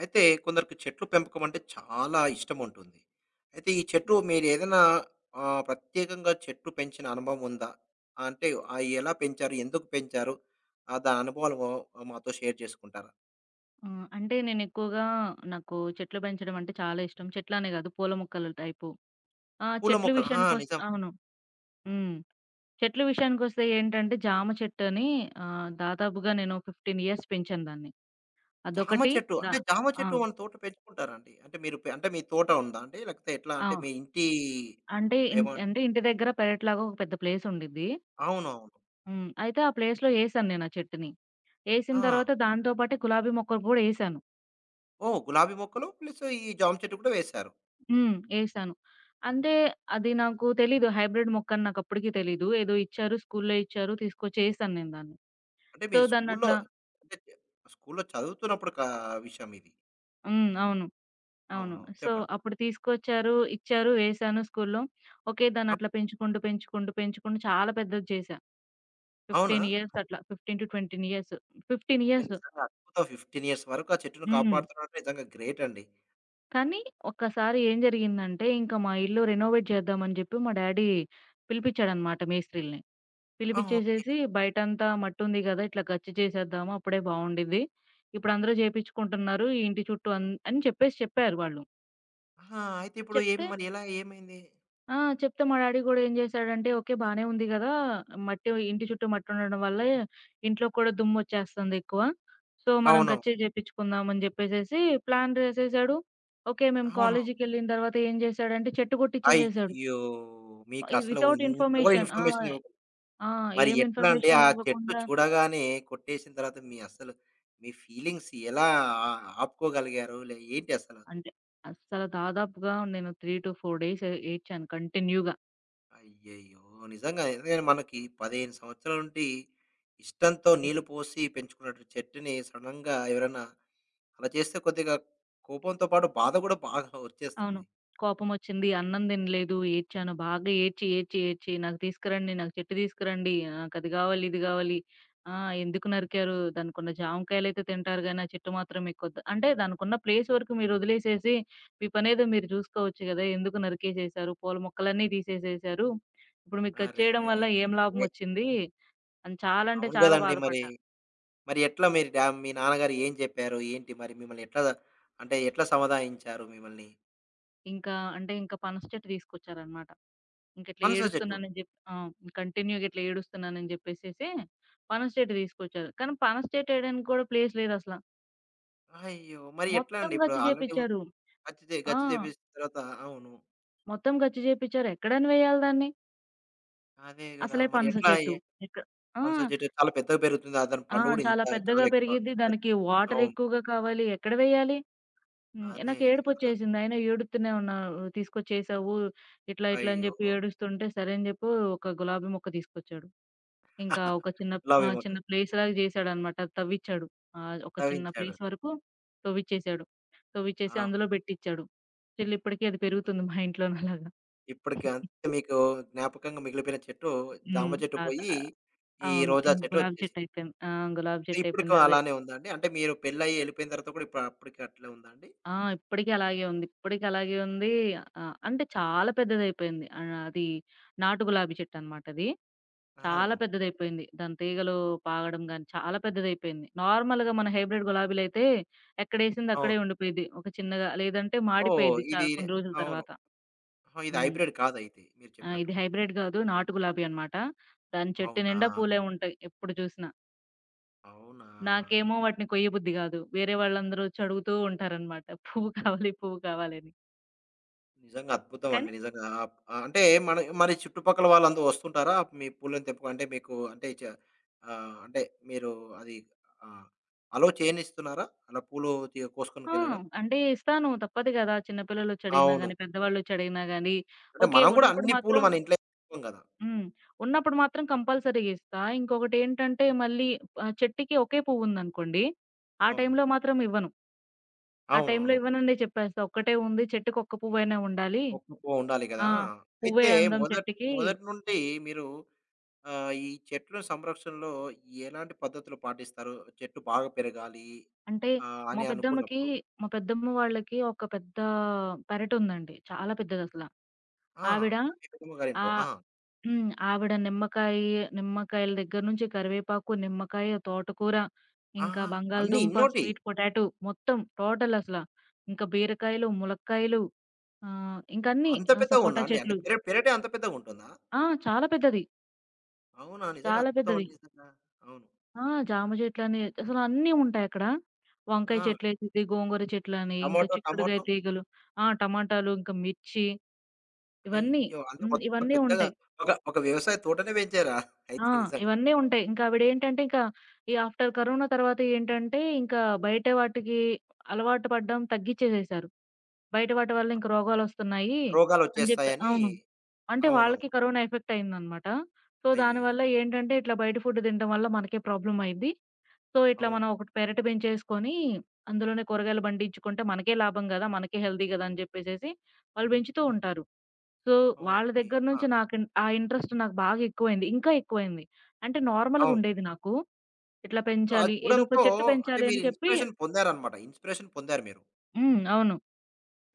అయితే కొందరికి చెట్లు పెంపకం అంటే చాలా ఇష్టం ఉంటుంది. అయితే ఈ చెట్టు మీరేదైనా ప్రత్యేకంగా చెట్టు పెంచిన అనుభవం ఉందా? అంటే ఎలా పెంచారు? ఎందుకు పెంచారు? దాని అనుభవాలు మాతో షేర్ చేసుకుంటారా? ఆ! అంటే నేనెక్కువగా నాకు చెట్లు పెంచడం అంటే చాలా ఇష్టం. చెట్లనే గాదు పూల మొక్కల టైపు. ఆ, పూల చెట్లు మొక్కలు, ఆ, విషయానికొస్తే నిజం. అవును. హ్మ్. చెట్ల విషయానికొస్తే ఏంటంటే దాదాపుగా నేను 15 ఇయర్స్ పెంచాను దాన్ని. అదొకటి. ద జామ ఆ! చెట్టు మన తోటలో పెంచుకుంటారా అండి? అంటే మీరు పె అంటే మీ తోట ఉందా అండి? లేకపోతే ఎట్లా ఆ! అంటే మీ ఇంటి అంటే ఇన్ ఏమన్ అంటే ఇంటి దగ్గర పెరట్లాగా ఒక పెద్ద ప్లేస్ ఉండిద్ది. అవునవును. హ్మ్. అయితే ఆ ప్లేస్‌లో ఏసాను నేను ఆ చెట్టుని. ఏసిన ఆ, తర్వాత దాంతో పాటే గులాబీ మొక్కలు గూడా ఏసాను. ఓహ్, గులాబీ మొక్కలు ప్లస్ ఈ జామ చెట్టు కూడా వేశారు. హ్మ్. ఏశాను. అంటే అది నాకు తెలీదు. హైబ్రిడ్ మొక్కని నాకప్పటికి తెలీదు. ఏదో ఇచ్చారు. స్కూల్లో ఇచ్చారు. తీసుకొచ్చి ఏశాను నేను దాన్ని. అంటే సో, మీరు స్కూల్లో దాన్నట్లా అంటే స్కూల్లో చదువుతున్నప్పుడు కా విషయం ఇది. హ్మ్. అవును. అవును. అవునవును. సో, చెప్పండి. అప్పుడు తీసుకొచ్చారు, ఇచ్చారు, వేశాను స్కూల్లో. ఓకే. అ దాన్నట్లా పెంచుకుంటూ, పెంచుకుంటూ, పెంచుకుంటూ చాలా పెద్దది చేశా. అవునా? 15 ఇయర్స్ అట్లా. 15-20 ఇయర్స్. 15 ఓహ్, ఇయర్స్. నిజంగా అద్భుతం. 15 ఇయర్స్ వరకు ఆ చెట్టును హ్మ్. కాపాడుతున్నారంటే నిజంగా గ్రేట్ అండి. కానీ ఒక్కసారి ఏం జరిగిందంటే, ఇంక మా ఇల్లు రెనోవేట్ చేద్దామని జెప్పి మా డ్యాడీ పిలిపిచ్చాడనమాట మేస్త్రీలని. ఆ, ఓకే. పిలిపిచ్చేసేసి బయటంతా మట్టుంది గదా! ఇట్లా గచ్చు చేసేద్దాము అప్పుడే బావుండిద్ది. ఇప్పుడందరూ చేపిచ్చుకుంటున్నారు. ఈ ఇంటి చుట్టూ అని చెప్పేసి చెప్పారు వాళ్ళు. ఆహా, అయితే ఇప్పుడు ఏం చెప్తే మరి ఎలా ఏమైంది? ఆ! చెప్తే మా డ్యాడీ గూడా ఏం జేశాడంటే, ఓకే. బానే ఉంది గదా! మట్టి ఇంటి చుట్టూ మట్టుండడం వల్ల ఇంట్లో కూడా దుమ్మొచ్చేస్తుందెక్కువ. సో, మనం అవునవును. గచ్చే చేపిచ్చుకుందాం అని జెప్పేసేసి ప్లాన్ వేసేసాడు. ఓకే. మేము అవును. కాలేజీకెళ్ళిన తర్వాత ఏం జేశాడంటే చెట్టు గొట్టిచ్చేసేసాడు. అయ్యో, మీకసలు వితౌట్ ఇంత కూడా ఇన్ఫర్మేషన్. ఆ! ఇన్ఫర్మేషన్ ఇవ్వకుండా ఆ! మరి ఏం ఎట్లా అండి? ఆ ఇన్ఫర్మేషన్ చెట్టు ఇవ్వకుండా చూడగానే కొట్టేసిన తర్వాత మీ అసలు మీ ఫీలింగ్స్ ఎలా ఆ ఆపుకోగలిగారు? ఏంటి అసల? అంటే అస్సలు దాదాపుగా నేను 3-4 డేస్ ఏడ్చాను కంటిన్యూగా. అయ్యయ్యో, నిజంగా. ఎందుకంటే మనకి 15 సంవత్సరాల నుండి ఇష్టంతో హ్మ్. నీళ్లు పోసి పెంచుకున్నటు చెట్టుని సడెన్‌గా ఎవరైనా అలా చేస్తే కొద్దిగా కోపంతో పాటు బాధ కూడా బాగా అవును. వచ్చేస్తుంది. కోపమొచ్చింది. అన్నం తినలేదు. ఏడ్చాను. బాగా ఏడ్చి, ఏడ్చి, ఏడ్చి, "నాకు తీసుకురండి. నాకు చెట్టు తీసుకురండి. నాకు అది కావాలి, ఇది కావాలి. ఆ! ఎందుకు నరికారు? దానికున్న జామకాయలైతే తింటారు గానీ, ఆ చెట్టు మాత్రం మీకొద్దు." అంటే దానికున్న ప్లేస్ వరకు మీరు వదిలేసేసి, మీ పనేదో మీరు చూసుకోవచ్చు కదా! ఎందుకు నరికేసేసారు? పూల మొక్కలన్నీ తీసేసేసారు. ఇప్పుడు మీకు కట్ చేయడం అరెరే, వల్ల రే ఏం రే. లాభమొచ్చింది? అని చాలా అంటే అవును చాలా గదండీ మరి. బాధపడ్డా. మరి ఎట్లా మీరు డ్యామ్ మీ నాన్నగారు ఏం జెప్పారు? ఏంటి మరి మిమ్మల్ని ఎట్లా అంటే ఎట్లా సమాధానించారు మిమ్మల్ని? ఇంకా పనస చెట్టు తీసుకొచ్చారనమాట. ఇంకిట్లా పనస చెట్టు. ఏడుస్తున్నానని జెప్పి ఆ! కంటిన్యూ‌గా ఇట్లా ఏడుస్తున్నానని జెప్పేసేసి పనస చెట్టు తీసుకొచ్చారు. కానీ పనస చెట్టు ఏయడానికి కూడా ప్లేస్ లేదసల. అయ్యో, మరి ఎట్లా మొత్తం అండి ఇప్పుడు గచ్చు ఆల్రెడీ ఉన్ చేపిచ్చారు. ఆ! గచ్చు చేపించిన తర్వాత అవును. మొత్తం గచ్చు చేపిచ్చారు. ఎక్కడని వేయాలి దాన్ని? అదే గదా! అసలే మరి పనస ఎట్లా చెట్టు. ఎక్క ఆ! పనస చెట్టు చాలా పెద్దగా పెరుగుతుంది. ఆ దాని ఆ! పండు గూడా ఇంత చాలా పెద్దగా చాలా ఎక్కువ. పెరిగిద్ది. పెద్ దానికి వాటర్ అవును. ఎక్కువగా కావాలి. ఎక్కడ వేయాలి? హ్మ్. అదే. నాకు అదే గదా! ఏడుపొచ్చేసింది. అయినా ఏడుత్తూనే ఉన్నారు. తీసుకొచ్చేసావు ఇట్లా, ఇట్లా అని అయ్యో! జెప్పి ఏడుస్తుంటే సరే అని జెప్పి ఒక గులాబీ మొక్క తీసుకొచ్చాడు. ఇంకా ఒక చిన్న లవ్ ఆహ్, ఎమోక చిన్న ప్లేస్ లాగా జేశాడనమాట. తవ్విచ్చాడు. ఒక చిన్న తవ్వించాడు. ప్లేస్ వరకు తవ్విచ్చేసాడు. తవ్విచ్చేసి అవును. అందులో బెట్టిచ్చాడు. స్టిల్ ఇప్పటికి అది అవును. పెరుగుతుంది మా ఇంట్లోనే అలాగా. ఇప్పటికి అంతే మీకు జ్ఞాపకంగా మిగిలిపోయిన చెట్టు జామ హ్మ్. చెట్టు అద పోయి, ఈ అవును. రోజా ఇంక చెట్టు గులాబీ చెట్టు వచ్చేసింది. అయిపోయింది. ఆ! గులాబీ చెట్టు ఇప్పటికి అయిపోయింది. అదే. అలానే ఉందా అండి? అంటే మీరు పెళ్లయ్యి ఎళ్ళిపోయిన తర్వాత కూడా ఇప్పుడు అప్పటికి అట్లే ఉందా అండి? ఆ! ఇప్పటికి అలాగే ఉంది. ఇప్పటికి అలాగే ఉంది. అంటే చాలా పెద్దదయిపోయింది. ఆహ్, అది నాటు గులాబీ చెట్టనమాట అది. చాలా అవును. పెద్దదయిపోయింది. దాని తీగలు పాగడం గాని చాలా పెద్దదయిపోయింది. నార్మల్‌గా మన హైబ్రిడ్ గులాబీలయితే ఎక్కడేసింది అవును. అక్కడే ఉండిపోయిద్ది. ఒక చిన్నగా లేదంటే ఓహ్, మాడిపోయిద్ది ఇది కొన్ని రోజుల అవును. తర్వాత. ఆ, ఇది హ్మ్. హైబ్రిడ్ కాదయితే మీరు ఆ! చెప్పినట్టు. ఇది హైబ్రిడ్ గాదు. నాటు గులాబీ అన్నమాట. దాని చెట్టు అవునా? నిండా పూలే ఉంటాయి ఎప్పుడు చూసినా. అవునా? నాకేమో వాటిని కొయ్యబుద్ధి గాదు. వేరే వాళ్ళందరూ వచ్చి అడుగుతూ ఉంటారన్నమాట. పువ్వు కావాలి, పువ్వు కావాలి అని. నిజంగా అద్భుతం అండి. కానీ నిజంగా ఆప్ అంటే మన మరి చుట్టుపక్కల వాళ్ళందరూ వస్తుంటారా? మీ పూలను తెంపుకో అంటే మీకు అంటే చ అంటే మీరు అది ఆహ్, అలో చేయనిస్తున్నారా? అలా పూలు తీ ఆ! కోసుకొనికెళ్ళడం? అంటే ఇస్తాను తప్పదు గదా! చిన్న పిల్లలొచ్చి అడిగినా అవును. గాని, పెద్దవాళ్ళొచ్చి అడిగినా గాని అంటే ఓకే. మనం గూడా ఉన్నప్పుడు అన్ని పూలు మాత్రం మన ఇంట్లో తెంపం గదా! హ్మ్. ఉన్నప్పుడు మాత్రం కంపల్సరీగా ఇస్తా. చెట్టుకి ఒకే పువ్వుందనుకోండి, ఆ అవును. టైంలో మాత్రం ఇవ్వను. ఆ టైంలో అవునవును. ఇవ్వననే చెప్పేస్తా. ఒక్కటే ఉంది చెట్టుకి ఒక్క పువ్వైనా ఉండాలి. మొక్కు పువ్వు ఉండాలి ఆ! గదా! పువ్వే అయితే అందం మొదట్ చెట్టుకి. మొదటి నుండి మీరు ఈ చెట్ల సంరక్షణలో ఎలాంటి పద్ధతులు పాటిస్తారు? చెట్టు బాగా పెరగాలి అంటే మా అని పెద్దమ్మకి, అనుకున్నప్పుడు? మా పెద్దమ్మ వాళ్ళకి ఒక పెద్ద పెరటుందండి. చాలా పెద్దదసల. ఆ, ఆవిడ. మీ పెద్దమ్మ ఆ! గారింట్లో. ఆ! హ్మ్. నిమ్మకాయల దగ్గర నుంచి కరివేపాకు, నిమ్మకాయ, తోటకూర, ఇంకా ఆహా, అన్నీ బంగాళదుంప, ఇన్నోటి. స్వీట్ పొటాటో మొత్తం టోటల్ అసల. ఇంకా బీరకాయలు, ములక్కాయలు ఆహ్, ఇంకా అన్నీ అంత ఆహ్, సపోటా పెద్దగుందా అండి? అంటే చెట్లు. పెరటే అంత పెద్దగుంటుందా? ఆ! చాలా పెద్దది. అవునా? నిజంగా చాలా అద్భుతం పెద్దది. అండి నిజంగా. అవును. ఆ! జామ చెట్లని అసలు అన్నీ ఉంటాయక్కడ. వంకాయ ఆ, చెట్లేసిద్ది, గోంగూర చెట్లని, ఇంకా చిక్కుడుగాయ టమాటో తీగలు, ఆ, టమాటాలు, ఇంకా మిర్చి ఇవన్నీ. అయ్యో! అంటే హ్మ్. మొత్తం ఇవన్నీ పెద్దగా ఉంటాయి. ఒక ఒక వ్యవసాయ తోటనే పెంచారా? ఆ! అయితే నిజంగా. ఇవన్నీ ఉంటాయి. ఇంకా ఆవిడేంటంటే, ఇంకా ఈ ఆఫ్టర్ కరోనా తర్వాత ఏంటంటే, ఇంకా బయట వాటికి అలవాటు పడడం తగ్గిచ్చేసేశారు. బయట వాటి వల్ల ఇంక రోగాలొస్తున్నాయి అని జెప్పి రోగాలొచ్చేస్తాయని అవును. అంటే అవునవును. వాళ్ళకి కరోనా ఎఫెక్ట్ అయిందనమాట. సో, అయ్యయ్యో! దానివల్ల ఏంటంటే, ఇట్లా బయట ఫుడ్ తినడం వల్ల మనకే ప్రాబ్లమ్ అయ్యిద్ది. సో, ఇట్లా అవును. మనం ఒకటి పెరట పెంచేసుకొని, అందులోనే కూరగాయలు పండించుకుంటే మనకే లాభం గదా! మనకే హెల్తీ గదా! అని జెప్పేసేసి వాళ్ళు పెంచుతూ ఉంటారు. సో, వాళ్ళ ఓకే. దగ్గర ఆ! నుంచి నాకు ఇన్ ఆ ఇంట్రెస్ట్ నాకు బాగా ఎక్కువైంది. ఇంకా ఎక్కువైంది. అంటే నార్మల్‌గా అవును. ఉండేది నాకు. ఇట్లా సో, అది పెంచాలి, ఏదో ఒక చూడడంతో చెట్టు అంటే పెంచాలి మీరు అని చెప్పి ఇన్‌స్పిరేషన్ పొందారన్నమాట. ఇన్‌స్పిరేషన్ పొందారు మీరు. హ్మ్. అవును.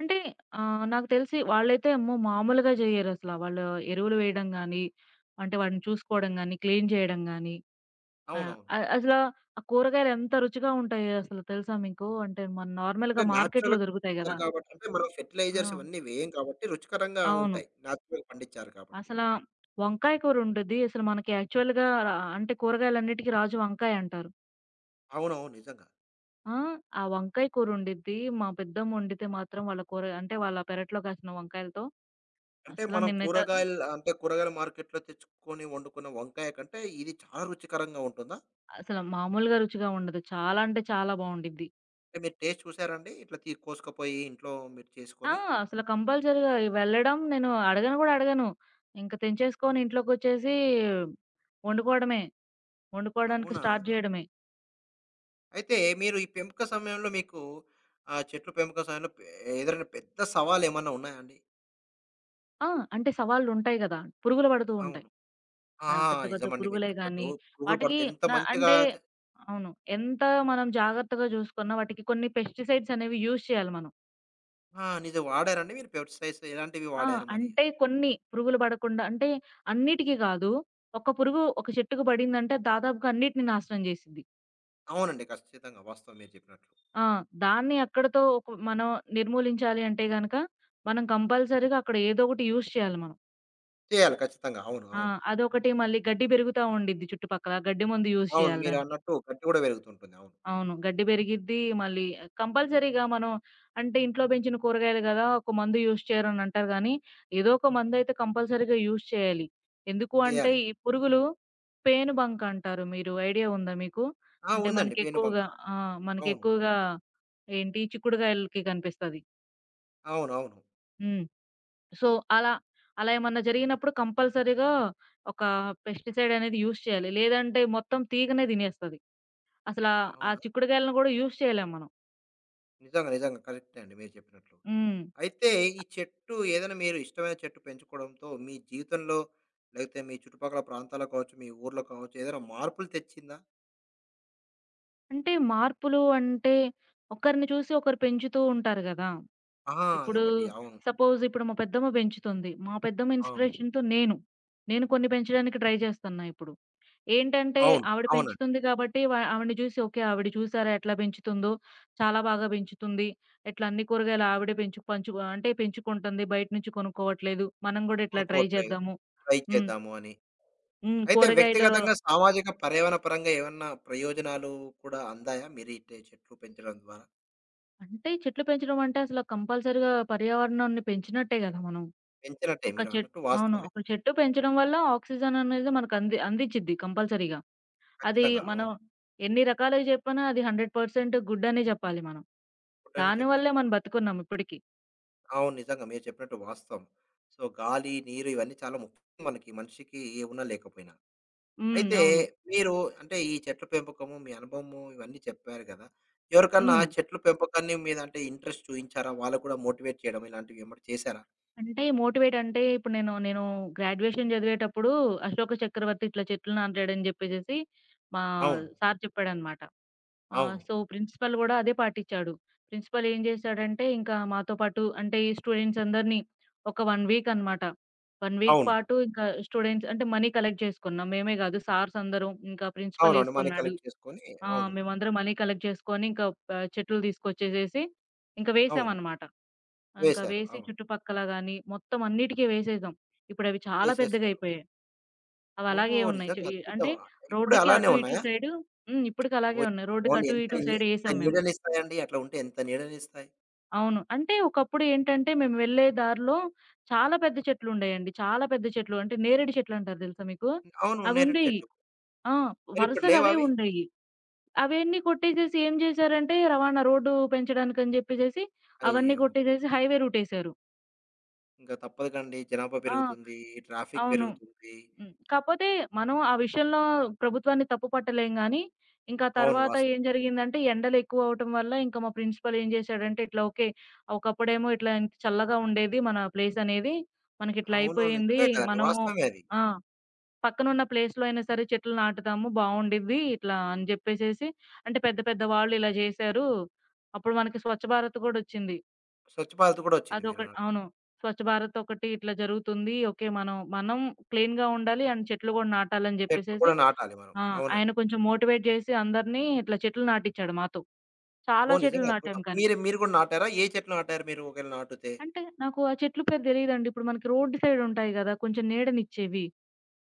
అంటే నాకు తెలిసి వాళ్ళైతే అమ్మో! మామూలుగా జెయ్యరసల. వాళ్ళు ఎరువులు వేయడం గానీ, అంటే వాటిని చూసుకోవడం గానీ, క్లీన్ జేయడం గానీ, ఆహ్, అవునవును. అ అసల ఆ కూరగాయలు ఎంత రుచిగా ఉంటాయో అసలు తెలుసా మీకు? అంటే మన అంటే నార్మల్‌గా మార్కెట్‌లో న్యాచురల్‌గా దొరుకుతాయి పండించారు గదా! కాబట్టి అంటే మనం ఫెర్టిలైజర్స్ ఆ! ఇవన్నీ వేయం కాబట్టి రుచికరంగా అవును. ఉంటాయి. న్యాచురల్‌గా పండించారు కాబట్టి. అసలా వంకాయ కూరుండిద్ది. అసలు మనకి యాక్చువల్‌గా రా అంటే కూరగాయలన్నిటికి రాజు వంకాయ అంటారు. అవునవును. నిజంగా. ఆ! ఆ వంకాయ కూరుండిద్ది. మా పెద్దమ్మ వండితే మాత్రం వాళ్ళ కూర అంటే వాళ్ళ పెరట్లో కాసిన వంకాయలతో అంటే అసల మనం నేనైతే కూరగాయలు అంటే కూరగాయల మార్కెట్‌లో తెచ్చుకొని వండుకున్న వంకాయ కంటే ఇది చాలా రుచికరంగా ఉంటుందా? అసలు మామూలుగా రుచిగా ఉండదు. చాలా అంటే చాలా బావుండిద్ది. అంటే మీరు టేస్ట్ చూసారండి? ఇట్లా తీ కోసుకపోయి ఇంట్లో మీరు ఆ! చేసుకొని? అసలు కంపల్సరీగా వెళ్ళడం నేను అడగను గూడా అడగను. ఇంక తెంచేసుకొని ఇంట్లోకొచ్చేసి వండుకోవడమే. వండుకోవడానికి అవునా? స్టార్ట్ జేయడమే. అయితే మీరు ఈ పెంపక సమయంలో మీకు చెట్లు పెంపక సమయంలో పె ఎదురైన పెద్ద సవాలేమన్నా ఉన్నాయా అండి? ఆ! అంటే సవాళ్ళుంటాయి గదా! పురుగులు పడుతూ ఉంటాయి. అవును. ఆ! ఆ! పెద్ద పెద్ద నిజమండి. మీరు పురుగులే చెప్పినట్టు గానీ, పురుగులు వాటికి పడితే ఎంత న మంచిగా అంటే చే అవును. ఎంత మనం జాగ్రత్తగా జూసుకున్నా వాటికి కొన్ని పెస్టిసైడ్స్ అనేవి యూజ్ చేయాలి మనం. ఆ, నిజం. వాడారండి మీరు పెస్టిసైడ్స్ ఎలాంటివి ఆ! వాడారు మరి? అంటే కొన్ని పురుగులు పడకుండా అంటే అన్నిటికి గాదు. ఒక పురుగు ఒక చెట్టుకి పడిందంటే దాదాపుగా అన్నిటిని నాశనం జేసిద్ది. అవునండి. ఖచ్చితంగా. వాస్తవం మీరు చెప్పినట్లు. ఆ! దాన్ని అక్కడితో ఒక మనం నిర్మూలించాలి అంటే గనక మనం కంపల్సరీగా అక్కడ ఏదో ఒకటి యూజ్ చేయాలి మనం. చేయాలి ఖచ్చితంగా. అవును. ఆ! అవును. అదొకటి మళ్ళీ గడ్డి పెరుగుతా ఉండిద్ది చుట్టుపక్కల. ఆ గడ్డి మందు యూజ్ అవును. చేయాలి దానికి. మీరన్నట్టు గడ్డి గూడా పెరుగుతుంటుంది. అవును. అవును. గడ్డి పెరిగిద్ది. మళ్ళీ కంపల్సరీగా మనం అంటే ఇంట్లో పెంచిన కూరగాయలు గదా! ఒక మందు యూజ్ చేయరనంటారు గానీ, ఏదో ఒక మందైతే కంపల్సరీగా యూజ్ చేయాలి. ఎందుకు అంటే చేయాలి. ఈ పురుగులు పేనుబంక అంటారు. మీరు ఐడియా ఉందా మీకు? ఆ, అంటే ఉందండి పేనుబంక. మనకెక్కువగా ఆ! అవును. మనకెక్కువగా ఏంటి చిక్కుడుగాయలకి కనిపిస్తది. అవునవును. హ్మ్. సో, అలా అలా ఏమన్నా జరిగినప్పుడు కంపల్సరీగా ఒక పెస్టిసైడ్ అనేది యూజ్ చేయాలి. లేదంటే మొత్తం తీగనే తినేస్తది. అసలా ఆ అవునా? చిక్కుడుగాయలను గూడా యూజ్ చేయలేం మనం. నిజంగా, నిజంగా కరెక్టే అండి మీరు చెప్పినట్లు. హ్మ్. అయితే ఈ చెట్టు ఏదైనా మీరు ఇష్టమైన చెట్టు పెంచుకోవడంతో మీ జీవితంలో లేకపోతే మీ చుట్టుపక్కల ప్రాంతాల్లో కావచ్చు, మీ ఊర్లో కావచ్చు ఏదైనా మార్పులు తెచ్చిందా? అంటే మార్పులు అంటే, ఒకరిని చూసి ఒకరు పెంచుతూ ఉంటారు గదా! ఆ, ఇప్పుడు అదొకటి. అవును. సపోజ్ ఇప్పుడు మా పెద్దమ్మ పెంచుతుంది. మా పెద్దమ్మ అవును. ఇన్‌స్పిరేషన్‌తో నేను కొన్ని పెంచడానికి ట్రై చేస్తున్నా ఇప్పుడు. ఏంటంటే అవును. ఆవిడ అవునండి. పెంచుతుంది కాబట్టి ఆవిడని చూసి ఓకే. ఆవిడ చూసారా ఎట్లా పెంచుతుందో, చాలా బాగా పెంచుతుంది. ఇట్లా అన్ని కూరగాయలు ఆవిడే పెంచు పంచు అంటే పెంచుకుంటుంది. బయట నుంచి కొనుక్కోవట్లేదు. మనం గూడా ఇట్లా ట్రై కొనుక్కోవట్లేదు. చేద్దాము. ట్రై హ్మ్. చేద్దాము అని. హ్మ్. అయితే వ్యక్తిగతంగా, సామాజిక, పర్యావరణ పరంగా ఏమన్నా ప్రయోజనాలు కూడా అందాయా? మీరు ఇట్టే చెట్లు పెంచడం ద్వారా? అంటే చెట్లు పెంచడం అంటే అసలు కంపల్సరీగా పర్యావరణాన్ని పెంచినట్టే గదా మనం. పెంచినట్టే ఒక చెట్ మీరన్నట్టు అవును. వాస్తవమే. ఒక చెట్టు పెంచడం వల్ల ఆక్సిజన్ అనేది మనకు అందిచ్చిద్ది కంపల్సరీగా. అది ఖచ్చితంగా. మనం అవును. ఎన్ని రకాలుగా చెప్పినా అది 100% గుడ్ అనే జెప్పాలి మనం. ఫుడ్ అనే చెప్పాలి. దానివల్లే మనం బతికున్నాం ఇప్పటికి. అవును. నిజంగా మీరు చెప్పినట్టు వాస్తవం. సో, గాలి, నీరు ఇవన్నీ చాలా ముఖ్యం మనకి. మనిషికి ఏ ఉన్నా లేకపోయినా. హ్మ్. అయితే అవును. మీరు అంటే ఈ చెట్ల పెంపకము, మీ అనుభవము ఇవన్నీ చెప్పారు కదా! ఎవరికన్నా హ్మ్. చెట్ల పెంపకాన్ని మీద అంటే ఇంట్రెస్ట్ చూయించారా? వాళ్ళకి కూడా మోటివేట్ చేయడం ఇలాంటివి ఏమన్నా చేశారా? అంటే మోటివేట్ అంటే ఇప్పుడు నేను గ్రాడ్యుయేషన్ చదివేటప్పుడు 'అశోక చక్రవర్తి ఇట్లా చెట్లు నాటాడని' జెప్పేసేసి మా అవును. సార్ చెప్పాడన్నమాట. ఆ! అవును. సో, ప్రిన్సిపల్ గూడా అదే పాటిచ్చాడు. ప్రిన్సిపల్ ఏం జేశాడంటే, ఇంకా మాతో పాటు అంటే ఈ స్టూడెంట్స్ అందరిని ఒక 1 వీక్ అనమాట. 1 వీక్ అవును. పాటు ఇంకా స్టూడెంట్స్ అంటే మనీ కలెక్ట్ జేసుకున్నాం. మేమే గాదు సార్స్ అందరం, ఇంకా ప్రిన్సిపల్ అవునండి. మనీ ఏసుకున్నాడు. కలెక్ట్ చేసుకొని ఆ! అవును. మేమందరం మనీ కలెక్ట్ జేసుకొని ఇంకా చెట్లు తీసుకొచ్చేసేసి ఇంకా అవును. వేసామనమాట. ఇంకా వేశారు. వేసి అవును. చుట్టుపక్కల గాని మొత్తం అన్నిటికి వేసేసాం. ఇప్పుడవి చాలా చేసేశారు. పెద్దగయిపోయాయి. ఓహో, అవలాగే ఉన్నాయి. చు నిజంగా ఈ అద్భుతం. అంటే ఇప్పుడు రోడ్డుకి అలానే అటు ఇటు ఉన్నాయా? సైడు. హ్మ్. ఇప్పటికి అలాగే ఓహ్! ఉన్నాయి. రోడ్డుకి అవును. అటు ఎంత ఇటు ఎ సైడ్ ఎంత ఏసాం మేము. నీడనిస్తాయండి. అట్లా ఉంటే ఎంత నీడనిస్తాయి. అవును. అంటే ఒకప్పుడు ఏంటంటే మేము వెళ్ళే దారిలో చాలా పెద్ద చెట్లుండేయండి. చాలా పెద్ద చెట్లు అంటే నేరేడు చెట్లంటారు తెలుసా మీకు? అవును. నేరేడు అవుండేయి. చెట్లు. ఆ! మరిప్పుడు వరుసగా అవే లేవావి? ఉండేయి. అవన్నీ కొట్టేసేసి ఏం చేశారంటే రవాణా రోడ్డు పెంచడానికని జెప్పేసేసి అవన్నీ అయ్యో! కొట్టేసేసి హైవే రూటేసారు. ఇంక తప్పదు కండి. జనాభా ఆ! పెరుగుతుంది. ట్రాఫిక్ అవును. పెరుగుతుంది. హ్మ్. కాపోతే మనం ఆ విషయంలో ప్రభుత్వాన్ని తప్పు పట్టలేం గానీ, ఇంకా అవును. తర్వాత వాస్తవం. ఏం జరిగిందంటే ఎండలెక్కువవ్వటం వల్ల ఇంకా మా ప్రిన్సిపల్ ఏం జేశాడంటే ఇట్లా ఓకే. ఒకప్పుడేమో ఇట్లా ఇంత చల్లగా ఉండేది మన ప్లేసనేది. మనకిట్లా అవునవును. అయిపోయింది. నిజమే కదండీ. మనము వాస్తవమే అది. ఆ! పక్కనున్న ప్లేస్‌లో అయినా సరే చెట్లు నాటుదాము బావుండిద్ది. ఇట్లా అని జెప్పేసేసి అంటే పెద్ద పెద్ద వాళ్ళు ఇలా జేశారు. అప్పుడు మనకి స్వచ్ఛ భారత్ గూడొచ్చింది. స్వచ్ఛ భారత్ కూడా వచ్చింది మీరన్నట్టు. అవును. స్వచ్ఛ భారత్ ఒకటి ఇట్లా జరుగుతుంది. ఓకే. మనం క్లీన్‌గా ఉండాలి అండ్ చెట్లు గూడా నాటాలని చెట్లు జెప్పేసేసి కూడా నాటాలి మనం. ఆ! అవునండి. ఆయన కొంచెం మోటివేట్ జేసి అందరిని ఇట్లా చెట్లు నాటిచ్చాడు మాతో. చాలా ఓహ్, చెట్లు నిజంగా నాటాం అద్భుతం. కానీ. మీరు మీరు కూడా నాటారా? ఏ చెట్లు నాటారు మీరు ఒకవేళ నాటుతే? అంటే నాకు ఆ చెట్లు పేరు తెలీదండి. ఇప్పుడు మనకి రోడ్డు సైడ్ ఉంటాయి గదా! కొంచెం నీడనిచ్చేవి.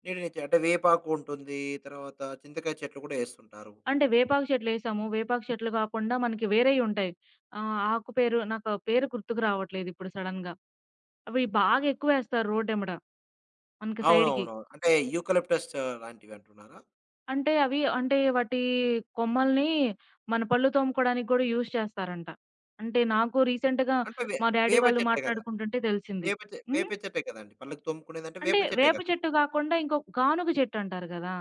నీడనిచ్చే అంటే వేపాకు ఉంటుంది. తర్వాత చింతకాయ చెట్లు కూడా ఏస్తుంటారు. అంటే వేపాకు చెట్లేసాము. వేపాకు చెట్లు కాకుండా మనకి వేరేయి ఉంటాయి. ఆహ్, ఆకు పేరు నాకు పేరు గుర్తుకు రావట్లేదు ఇప్పుడు సడెన్‌గా. అవి బాగా ఎక్కువేస్తారు రోడ్డెమ్మట మనకి సైడ్‌కి. అవునవునవును. అంటే యూకలిప్టస్ లాంటివి అంటున్నారా? అంటే అవి అంటే వాటి కొమ్మల్ని మన పళ్ళు తోముకోవడానికి గూడా యూజ్ చేస్తారంట. అంటే నాకు రీసెంట్‌గా అంటే వే మా డ్యాడీ వేప వాళ్ళు చెట్టే కదా! మాట్లాడుకుంటుంటే తెలిసింది. హ్మ్. వేప చెట్టే కదండీ! పళ్ళకి తోముకునేదంటే అంటే వేప చెట్టే వేప కదా! చెట్టు గాకుండా ఇంకో గానుగ చెట్టు అంటారు గదా!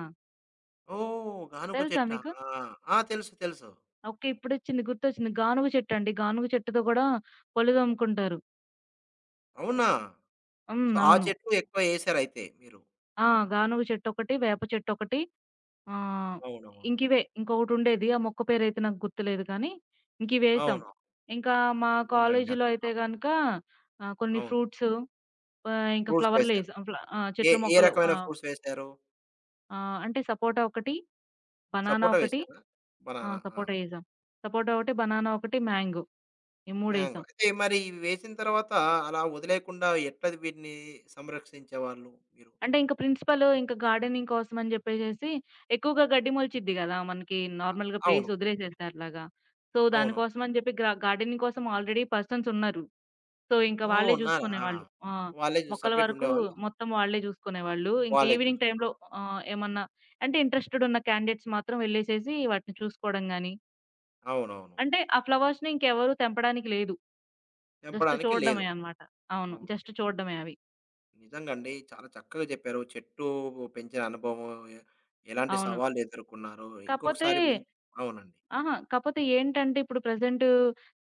ఓహ్, గానుగ తెలుసా చెట్టా? మీకు? ఆ, తెలుసు. తెలుసు. ఓకే. గుర్తొచ్చింది. గానుగ చెట్టు అండి. గానుగ చెట్టుతో గూడా పళ్ళు తోముకుంటారు. అవునా? హ్మ్. సో, ఆ అవును. చెట్టు ఎక్కువ ఏసారయితే మీరు. ఆ! గానుగ చెట్టొకటి, వేప చెట్టొకటి ఆ! అవునవును. ఇంకొకటుండేది. ఆ మొక్క పేరైతే నాకు గుర్తులేదు కానీ, ఇంకివేశాం. అవును. ఇంకా మా నిజంగా అండి. కాలేజీలో అయితే అద్భుతం. గనక కొన్ని అవును. ఫ్రూట్స్ ఇంకా ఫ్రూట్స్ వేశారు. ఫ్లవర్‌లేసాం. ఫ్ల ఆ! ఏ చెట్ల ఏ మొక్కలు. రకమైన ఆహ్, ఫ్రూట్స్ వేశారు? ఆహ్, అంటే సపోటా ఒకటి, బనానా సపోటా ఒకటి. వేశారా? ఆ! బనానా. ఆ! సపోటా ఏసాం. సపోటా ఒకటి, బనానా ఒకటి, మ్యాంగో ఈ మ్యాంగో. మూడేసాం. అయితే మరి ఇవి వేసిన తర్వాత అలా వదిలేయకుండా ఎట్లా వీటిని సంరక్షించేవాళ్ళు మీరు? అంటే ఇంక ప్రిన్సిపల్ ఇంక గార్డెనింగ్ కోసం అని జెప్పేసేసి ఎక్కువగా గడ్డి మొలిచిద్ది గదా! మనకి అ నార్మల్‌గా అవును. ప్లేస్ వదిలేసేస్తే అట్లాగా. సో, అవును. దానికోసం అని జెప్పి గార్డెనింగ్ కోసం ఆల్రెడీ పర్సన్స్ ఉన్నారు. సో, ఇంక ఓహ్, వాళ్ళే ఉన్నారా? జూసుకునేవాళ్ళు. ఆ! వాళ్ళే జూస్ మొక్కల సపరేట్ వరకు ఉండేవాళ్ళు? మొత్తం వాళ్ళే జూసుకునేవాళ్ళు. ఇంక వాళ్ళే ఈవినింగ్ జూసుకో టైమ్‌లో ఆహ్, ఏమన్నా అంటే ఇంట్రెస్టెడ్ ఉన్న క్యాండిడేట్స్ మాత్రం వెళ్ళేసేసి వాటిని చూసుకోవడం గాని, అవునవును. అంటే ఆ ఫ్లవర్స్‌ని ఇంకెవరు తెంపడానికి లేదు. జస్ట్ తెంపడానికి లేదు. చూడడమే అన్నమాట. అవును. ఓకే. జస్ట్ చూడడమే అవి. నిజంగండి. చాలా చక్కగా చెప్పారు. చెట్టు పెంచిన అనుభవం, ఎ ఎలాంటి అవును. సవాళ్లు ఎదుర్కొన్నారు. కాపోతే ఇంకొకసారి మం అవునండి. అహా! కాపోతే ఏంటంటే ఇప్పుడు ప్రెజెంట్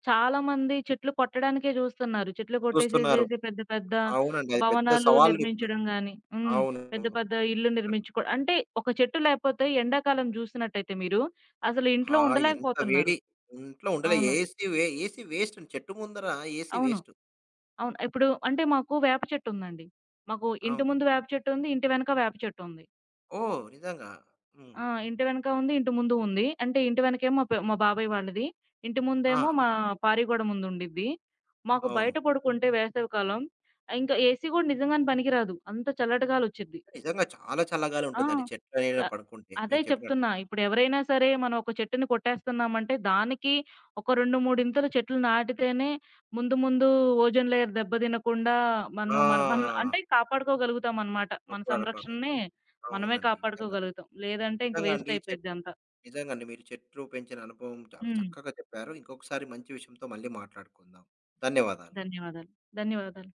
చాలామంది చెట్లు కొట్టడానికే చూస్తున్నారు. చెట్లు చూస్తున్నారు. కొట్టేసేసేసి పెద్ద పెద్ద అవునండి. అది పెద్ద భవనాలు సవాలిప్పుడు. నిర్మించడం గాని హ్మ్. పెద్ద అవునవును. పెద్ద మీరు ఇల్లు చెప్పినట్టు. నిర్మించుకో అంటే ఒక చెట్టు లేకపోతే ఎండాకాలం చూసినట్టయితే మీరు అసలు ఆ! ఇంట్లో ఎంత ఉండలేకపోతున్నారు. వేడి. ఇంట్లో ఉండలే. అవును. ఏసీ వే ఏసీ వేస్ట్ అండి. చెట్టు ముందర ఏసీ అవును. వేస్ట్. అవును. ఇప్పుడు అంటే మాకు వేప చెట్టు ఉందండి. మాకు ఇంటి అవును. ముందు వేప చెట్టు ఉంది. ఇంటి వెనక వేప చెట్టు ఉంది. ఓహ్, నిజంగా. హ్మ్. ఆ! ఇంటి వెనక ఉంది. ఇంటి ముందు ఉంది. అంటే ఇంటి వెనకేమో మా బాబాయ్ వాళ్ళది. ఇంటి ఆ, ముందేమో మా పారిగోడ ముందు ఉండిద్ది. మాకు అవును. బయట పడుకుంటే వేసవికాలం ఇంకా ఏసీ గూడా నిజంగానే పనికిరాదు. అంత చల్లటి గాలోచ్చిద్ది. నిజంగా చాలా ఆ! చల్లగాలుంటుందండి. చెట్ల త నీడన పడుకుంటే అదే మీరు చెప్పినట్టు. చెప్తున్నా. ఇప్పుడు ఎవరైనా సరే మనం ఒక చెట్టుని కొట్టేస్తున్నామంటే దానికి ఒక 2, 3 ఇంతలు చెట్లు నాటితేనే ముందు ముందు ఓజోన్ లేయర్ దెబ్బతినకుండా మనం మన మన ఆ! అంటే కాపాడుకోగలుగుతామనమాట. మన కప్పులడుకోవాలి. సంరక్షణని మనమే అవునండి. నిజంగా. కాపాడుకోగలుగుతాం. లేదంటే ఇంక నిజంగా వేస్ట్ అండి. చెట్ అయిపోయిద్ది అంతా. నిజంగా అండి. మీరు చెట్లు పెంచిన అనుభవం చాలా హ్మ్. చక్కగా చెప్పారు. ఇంకొకసారి మంచి విషయంతో మళ్ళీ మాట్లాడుకుందాం. ధన్యవాదాలు. ధన్యవాదాలు. ధన్యవాదాలు.